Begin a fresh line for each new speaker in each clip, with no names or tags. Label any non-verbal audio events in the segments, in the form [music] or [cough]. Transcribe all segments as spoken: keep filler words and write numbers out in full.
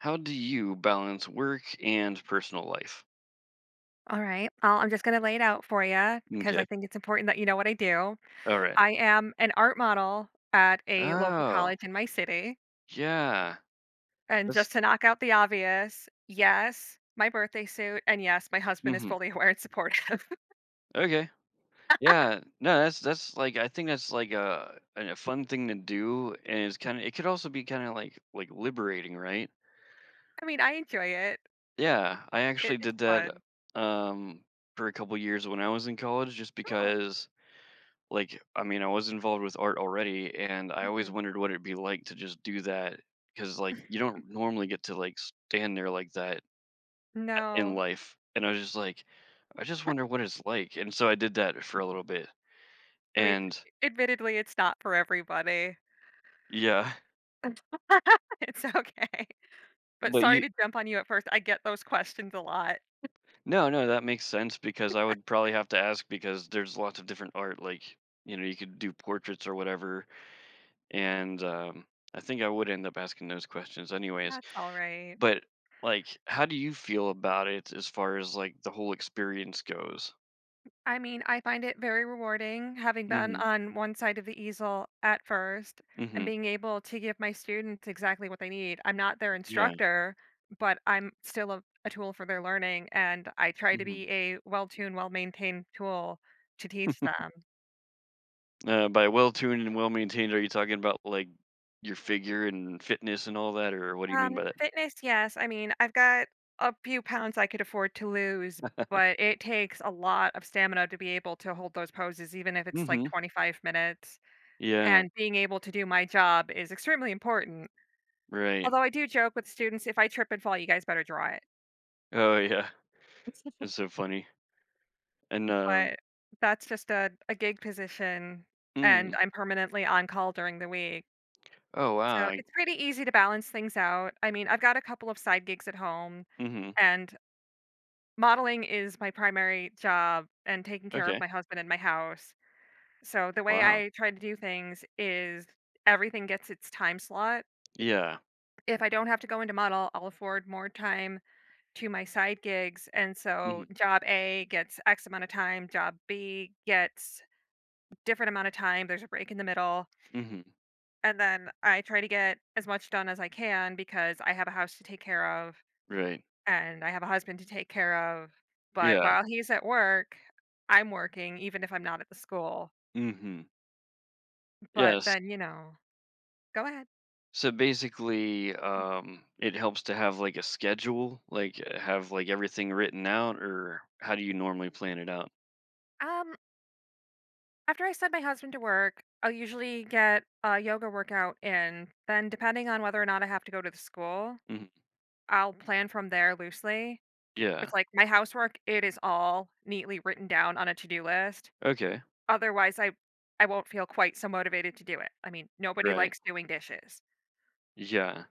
How do you balance work and personal life?
All right. Well, I'm just going to lay it out for you because I
Okay,
think it's important that you know what I do.
all right.
I am an art model at a local
Oh,
college in my city.
yeah.
And
That's
just to knock out the obvious, yes, my birthday suit. And yes, my husband is
mhm.
fully [laughs] aware and supportive. [laughs]
Okay. Yeah. No, that's that's, like I think that's, like, uh, a a fun thing to do, and it's kinda it could also be kinda, like like, liberating, right?
I mean, I enjoy it,
Yeah. I
it
actually
it's
did that,
fun.
um, for a couple years when I was in college just
Oh,
because like i mean I was involved with art already, and I always
mhm.
wondered what it'd be like to just do that because like you don't normally get to like stand there like that in
No.
life. And I was just like, I just wonder what it's like, and so I did that for a little bit.
I mean,
And
admittedly, it's not for everybody. [laughs]
yeah.
It's okay.
[laughs]
But
but
sorry
you
to jump on you at first. I get those questions a lot.
no no that makes sense because I would probably have to ask because there's lots of different art, like, you know, you could do portraits or whatever. And um I think I would end up asking those questions anyway.
That's all right.
But, like, how do you feel about it as far as, like, the whole experience goes?
I mean, I find it very rewarding having been
Mhm,
on one side of the easel at first and
mhm,
being able to give my students exactly what they need. I'm not their
yeah,
instructor, but I'm still a, a tool for their learning, and I try to
mhm.
be a well tuned, well maintained tool to teach them.
Uh, by well-tuned and well-maintained, are you talking about, like, your figure and fitness and all that, or what do you mean
Um,
by that?
fitness, yes. I mean, I've got a few pounds I could afford to lose, but it takes a lot of stamina to be able to hold those poses, even if it's like
Mhm.
twenty-five minutes.
Yeah,
And being able to do my job is extremely important.
right.
Although I do joke with students, "If I trip and fall, you guys better draw it."
Oh, yeah,
[laughs]
that's so funny. And, um
But that's just a a gig position, and
mm.
I'm permanently on call during the week.
Oh,
So
wow, I
it's pretty easy to balance things out. I mean, I've got a couple of side gigs at home,
mhm,
and modeling is my primary job and taking care of
okay,
my husband and my house. So the way
wow.
I try to do things is everything gets its time slot.
Yeah,
If I don't have to go into model, I'll afford more time to my side gigs, and so
mhm,
job A gets X amount of time, job B gets different amount of time, there's a break in the middle,
mhm,
and then I try to get as much done as I can because I have a house to take care of
right.
and I have a husband to take care of, but
Yeah,
while he's at work, I'm working even if I'm not at the school.
mhm,
But
yes.
then, you know, go ahead.
So basically, um, it helps to have like a schedule, like, uh, have like everything written out, or how do you normally plan it out?
Um, After I send my husband to work, I'll usually get a yoga workout in. Then, depending on whether or not I have to go to the school,
Hmm.
I'll plan from there loosely. It's
Yeah.
like my housework, it is all neatly written down on a to-do list.
Okay.
Otherwise, I I won't feel quite so motivated to do it. I mean, nobody
Right.
likes doing dishes.
Yeah.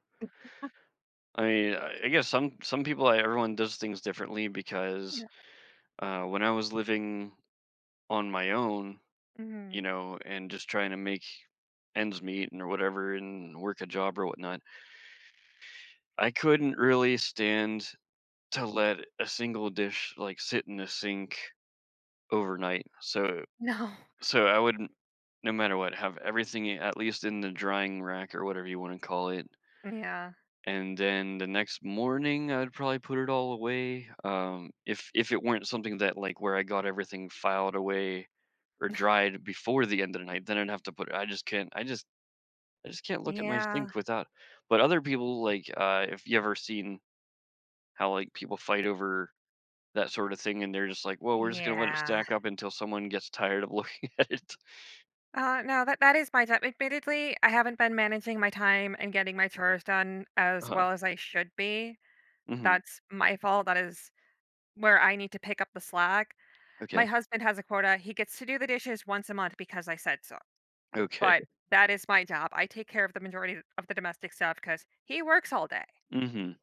I mean, I I guess some some people, I, everyone does things differently because
Yeah.
uh, when I was living on my own,
Mhm.
you know, and just trying to make ends meet and or whatever, and work a job or whatnot, I couldn't really stand to let a single dish like sit in the sink overnight. So
No.
so I would, no matter what, have everything at least in the drying rack or whatever you wanna call it,
Yeah.
and then the next morning, I'd probably put it all away, um, if if it weren't something that, like, where I got everything filed away or dried before the end of the night, then I'd have to put it. I just can't I just I just can't look at my
Yeah.
sink without. But other people, like, uh, if you ever seen how, like, people fight over that sort of thing, and they're just like, "Well, we're just gonna let it
Yeah.
stack up until someone gets tired of looking [laughs] at it."
Uh, no, that that is my time. Admittedly, I haven't been managing my time and getting my chores done as
Uh-huh.
well as I should be.
Mhm.
That's my fault. That is where I need to pick up the slack. My
Okay.
husband has a quota. He gets to do the dishes once a month because I said so.
Okay.
But that is my job. I take care of the majority of the domestic stuff because he works all day.
Mhm.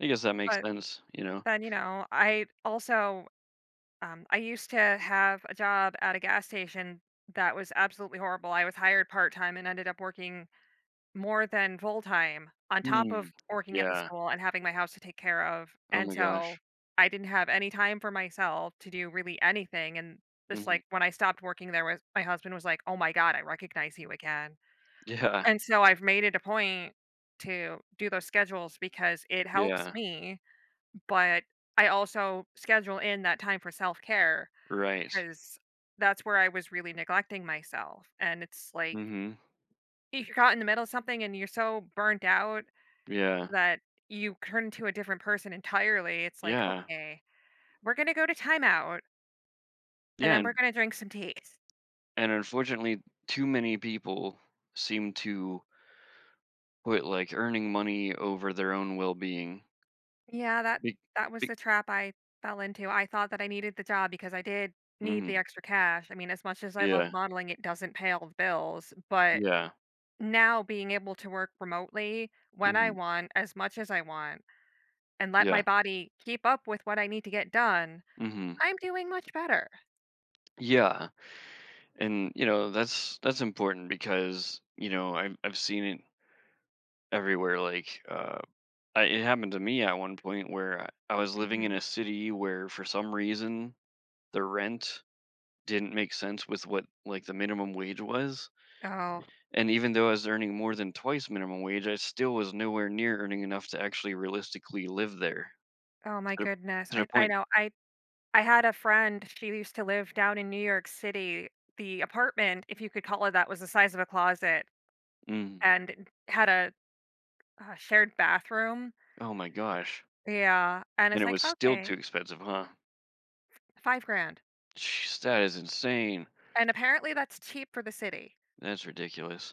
I guess that makes
But
sense, you know?
then, you know, I also, um, I used to have a job at a gas station that was absolutely horrible. I was hired part-time and ended up working more than full-time on top
Hmm.
of working at the
Yeah.
school and having my house to take care of.
Oh
And
my
so
gosh.
I didn't have any time for myself to do really anything. And just
Mhm.
like when I stopped working there was my husband was like, "Oh my God, I recognize you again."
Yeah.
And so I've made it a point to do those schedules because it helps
Yeah.
me, but I also schedule in that time for self-care care
Right.
because that's where I was really neglecting myself, and it's like,
Mhm.
if you're caught in the middle of something and you're so burnt out
Yeah.
that you turn into a different person entirely, it's like,
Yeah.
"Okay, we're gonna go to timeout, and
Yeah,
then we're
and
gonna drink some tea."
and unfortunately, too many people seem to put, like, earning money over their own well-being.
Yeah, that
Be
that was
be
the trap I fell into. I thought that I needed the job because I did need the
Mhm.
extra cash. I mean, as much as I love
Yeah.
modeling, it doesn't pay all the bills, but
Yeah.
now being able to work remotely when I
Mhm.
want, as much as I want, and let my
Yeah.
body keep up with what I need to get done,
Mhm.
I'm doing much better.
Yeah, and, you know, that's that's important because, you know, I've I've seen it everywhere, like, uh I, it happened to me at one point where I, I was living in
Hmm.
a city where for some reason the rent didn't make sense with what like the minimum wage was.
Oh,
And even though I was earning more than twice minimum wage, I still was nowhere near earning enough to actually realistically live there.
oh my
to the,
goodness.
to
I
the
I
point.
know. I I had a friend, she used to live down in New York City. The apartment, if you could call it that, was the size of a closet
Mm,
and had a Uh, shared bathroom.
oh my gosh.
Yeah, and
And
it's
it
like,
was still too
"Okay,
expensive, huh?
five grand,"
Jeez, that is insane.
and apparently that's cheap for the city.
That's ridiculous.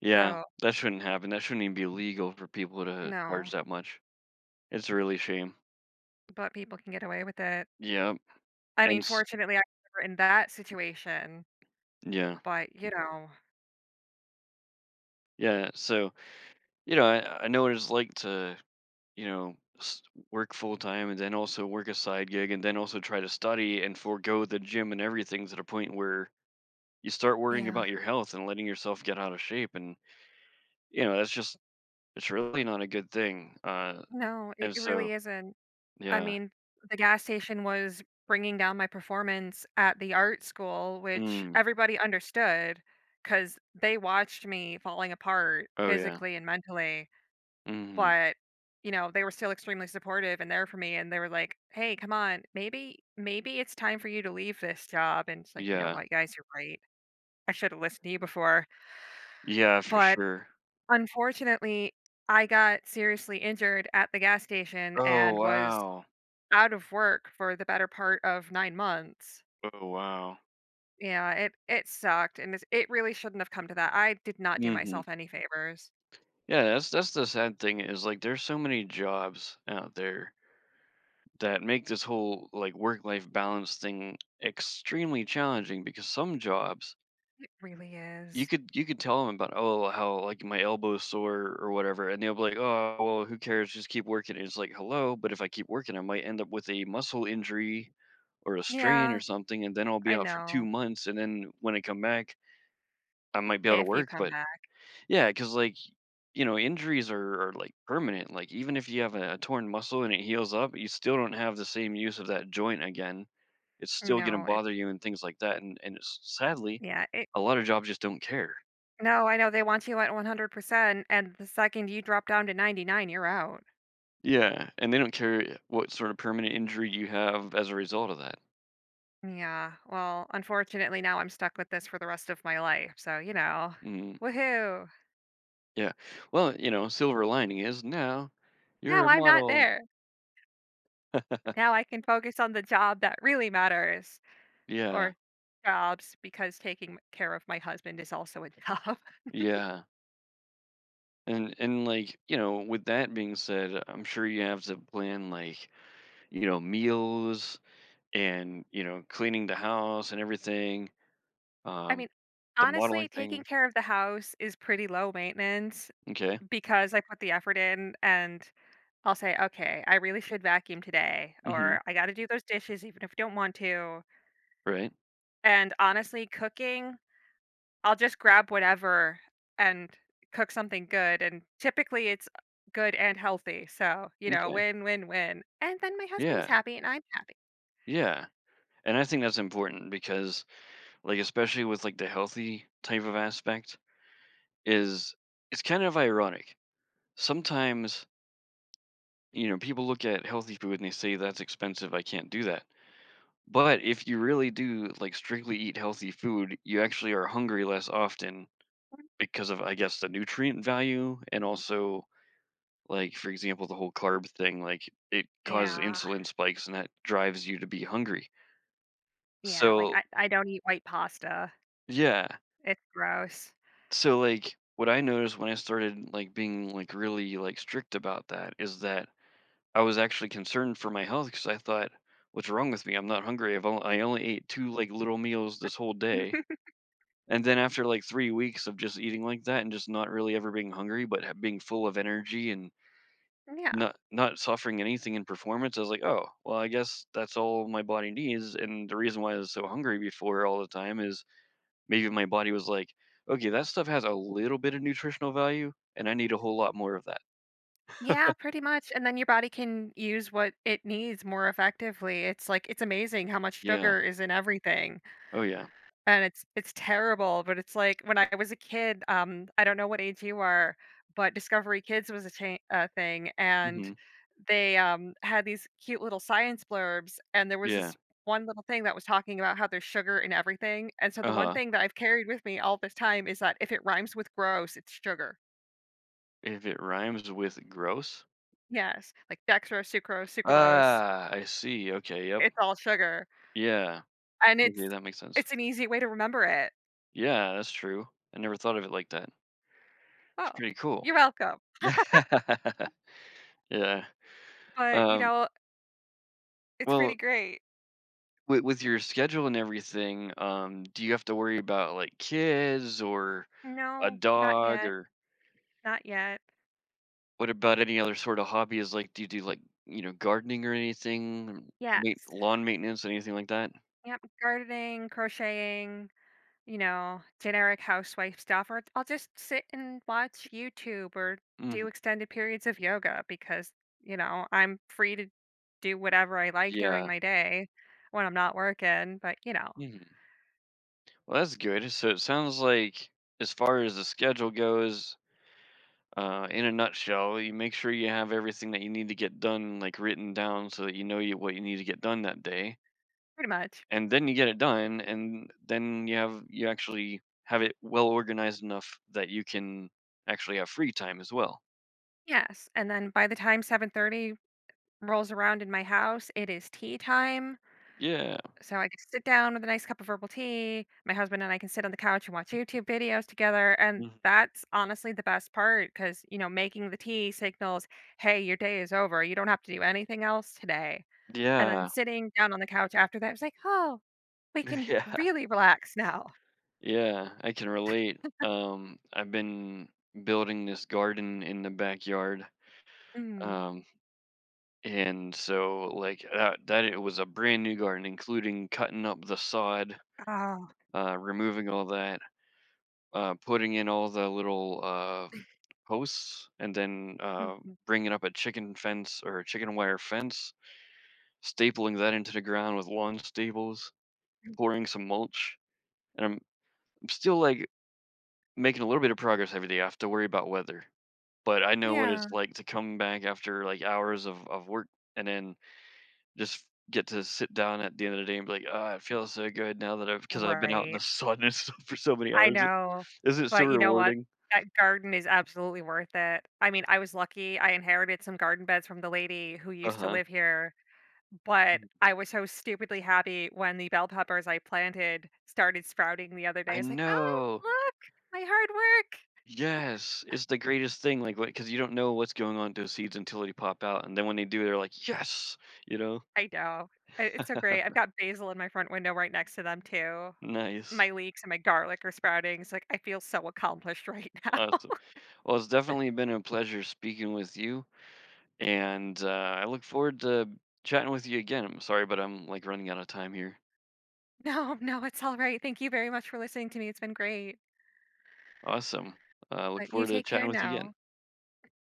Yeah.
So,
That shouldn't happen. That shouldn't even be legal for people to charge
no,
that much. It's a really shame.
but people can get away with it.
Yeah.
I
And
mean,
s
fortunately, I was never in that situation,
yeah,
but, you know.
yeah, so, you know, I I know what it's like to, you know, s work full time and then also work a side gig and then also try to study and forego the gym and everything to the point where you start worrying
Yeah.
about your health and letting yourself get out of shape, and, you know, that's just it's really not a good thing, uh,
No, it
and
it
so
really isn't. I
yeah.
mean, the gas station was bringing down my performance at the art school, which
Mm.
everybody understood because they watched me falling apart
Oh, yeah.
physically and mentally.
Mhm.
But, you know, they were still extremely supportive and there for me, and they were like, "Hey, come on, maybe maybe it's time for you to leave this job." And it's like, "You know
Yeah.
what, guys, you're right. I should have listened to you before."
Yeah, for
But
sure.
unfortunately, I got seriously injured at the gas station
Oh,
and was
wow.
out of work for the better part of nine months.
Oh, wow.
Yeah, it it sucked, and it's it really shouldn't have come to that. I did not do
Mhm.
myself any favors.
Yeah, that's that's the sad thing, is like there's so many jobs out there that make this whole like work-life balance thing extremely challenging because some jobs,
It really
you
is.
could you could tell them about, oh, how like my elbow's sore or whatever, and they'll be like, oh well, who cares, just keep working. And it's like, hello, but if I keep working, I might end up with a muscle injury or a strain or
Yeah,
something, and then I'll be
I
out for two
know.
months, and then when I come back I might be able to
If you
work.
come
But
back.
yeah, cuz like, you know, injuries are, are like permanent. Like even if you have a, a torn muscle and it heals up, you still don't have the same use of that joint again. It's still gonna
No, it.
bother you and things like that. And and it's, sadly,
Yeah, it.
a lot of jobs just don't care.
No, I know they want you at one hundred percent, and the second you drop down to ninety-nine, you're out.
Yeah, and they don't care what sort of permanent injury you have as a result of that.
Yeah, well, unfortunately, now I'm stuck with this for the rest of my life, so, you know,
Mm,
woohoo.
yeah. Well, you know, silver lining is now
Now
you're a
I'm not
model.
there. Now I can focus on the job that really matters,
Yeah,
or jobs, because taking care of my husband is also a job. [laughs]
yeah. And and like, you know, with that being said, I'm sure you have to plan like, you know, meals, and you know, cleaning the house and everything.
I
um
mean,
the
honestly,
modeling
taking
thing.
care of the house is pretty low maintenance
Okay.
because I put the effort in and I'll say, "Okay, I really should vacuum today,"
Hmm.
or, "I gotta do those dishes even if I don't want to."
Right.
And honestly, cooking, I'll just grab whatever and cook something good, and typically it's good and healthy, so, you know,
Okay.
win, win, win. And then my husband is
Yeah.
happy and I'm happy.
Yeah. And I think that's important because like, especially with like the healthy type of aspect, is it's kind of ironic sometimes. You know, people look at healthy food and they say that's expensive, I can't do that. But if you really do like strictly eat healthy food, you actually are hungry less often because of, I guess, the nutrient value. And also, like, for example, the whole carb thing, like, it causes
Yeah,
insulin spikes and that drives you to be hungry.
yeah, like, I
So,
I don't eat white pasta.
yeah.
It's gross.
So, like, what I noticed when I started, like, being, like, really, like, strict about that is that I was actually concerned for my health because I thought, what's wrong with me? I'm not hungry. I've only, I only ate two, like, little meals this whole day.
[laughs]
And then after like three weeks of just eating like that and just not really ever being hungry, but ha- being full of energy and
Yeah.
Not not suffering anything in performance, I was like, "Oh, well, I guess that's all my body needs," and the reason why I was so hungry before all the time is maybe my body was like, "Okay, that stuff has a little bit of nutritional value, and I need a whole lot more of that."
Yeah, pretty much, and then your body can use what it needs more effectively. It's like it's amazing how much
Yeah.
sugar is in everything.
Oh, yeah.
And it's it's terrible, but it's like when I was a kid, um, I don't know what age you are, but Discovery Kids was a cha a thing, and
Mhm.
they, um, had these cute little science blurbs, and there was
Yeah.
this one little thing that was talking about how there's sugar in everything, and so the one
Uh-huh.
thing that I've carried with me all this time is that if it rhymes with gross, it's sugar.
If it rhymes with gross?
Yes, like dextrose, sucrose, sucralose,
Ah, I see, okay, yep.
it's all sugar,
Yeah.
and it's
Okay, that makes sense.
it's an easy way to remember it.
Yeah, that's true. I never thought of it like that. It's
"Oh,
pretty cool.
you're welcome,"
[laughs] Yeah.
but, you
Um,
know, it's pretty
well,
great.
With with your schedule and everything, um, do you have to worry about, like, kids or a
No, not
dog,
yet,
or
not yet.
what about any other sort of hobbies? Like, do you do, like, you know, gardening or anything? Main
Yes.
lawn maintenance, anything like that?
Yep, gardening, crocheting, you know, generic housewife stuff, or I'll just sit and watch YouTube or do
Mhm.
extended periods of yoga because, you know, I'm free to do whatever I like during
Yeah.
my day when I'm not working, but, you know,
Mhm. Well, that's good. So it sounds like as far as the schedule goes, uh, in a nutshell, you make sure you have everything that you need to get done, like, written down so that you know you what you need to get done that day.
pretty much.
And then you get it done, and then you have you actually have it well organized enough that you can actually have free time as well.
Yes, and then by the time seven thirty rolls around in my house, it is tea time.
Yeah.
So I could sit down with a nice cup of herbal tea. My husband and I can sit on the couch and watch YouTube videos together. And
Mhm.
that's honestly the best part because, you know, making the tea signals, hey, your day is over. You don't have to do anything else today. And then
Yeah.
sitting down on the couch after that, it's like, oh, we
[laughs]
can
Yeah.
really relax now.
Yeah, I can relate. um I've been building this garden in the backyard,
Mm.
um and so like that, that it was a brand new garden, including cutting up the sod,
Oh,
uh removing all that, uh putting in all the little uh posts, and then uh,
mhm.
bringing up a chicken fence or a chicken wire fence, stapling that into the ground with lawn staples, pouring some mulch, and I'm, I'm still like making a little bit of progress every day. I have to worry about weather, but I know what
Yeah.
it's like to come back after like hours of of work and then just get to sit down at the end of the day and be like, ah, it feels so good now that I've, because I've been out in the
Right.
sun and [laughs] stuff for so many
I
hours. It,
know.
isn't it so
But you know what?
rewarding?
That garden is absolutely worth it. I mean, I was lucky. I inherited some garden beds from the lady who
Uh
used to
huh.
live here. But I was so stupidly happy when the bell peppers I planted started sprouting the other day.
I
It's like, "Oh,
know.
look, my hard work."
Yes, it's the greatest thing, like, because you don't know what's going on with those seeds until they pop out, and then when they do, they're like, "Yes!" You know?
I know. I it's so great. I've got basil in my front window right next to them too.
Nice.
My leeks and my garlic are sprouting. It's like, I feel so accomplished right now.
Awesome.
[laughs]
Well, it's definitely been a pleasure speaking with you, and, uh, I look forward to chatting with you again. I'm sorry, but I'm, like, running out of time here.
No, no, it's alright. Thank you very much for listening to me. It's been great.
Awesome. Uh, look
But you
forward to
take
chatting
care
with you
now.
again.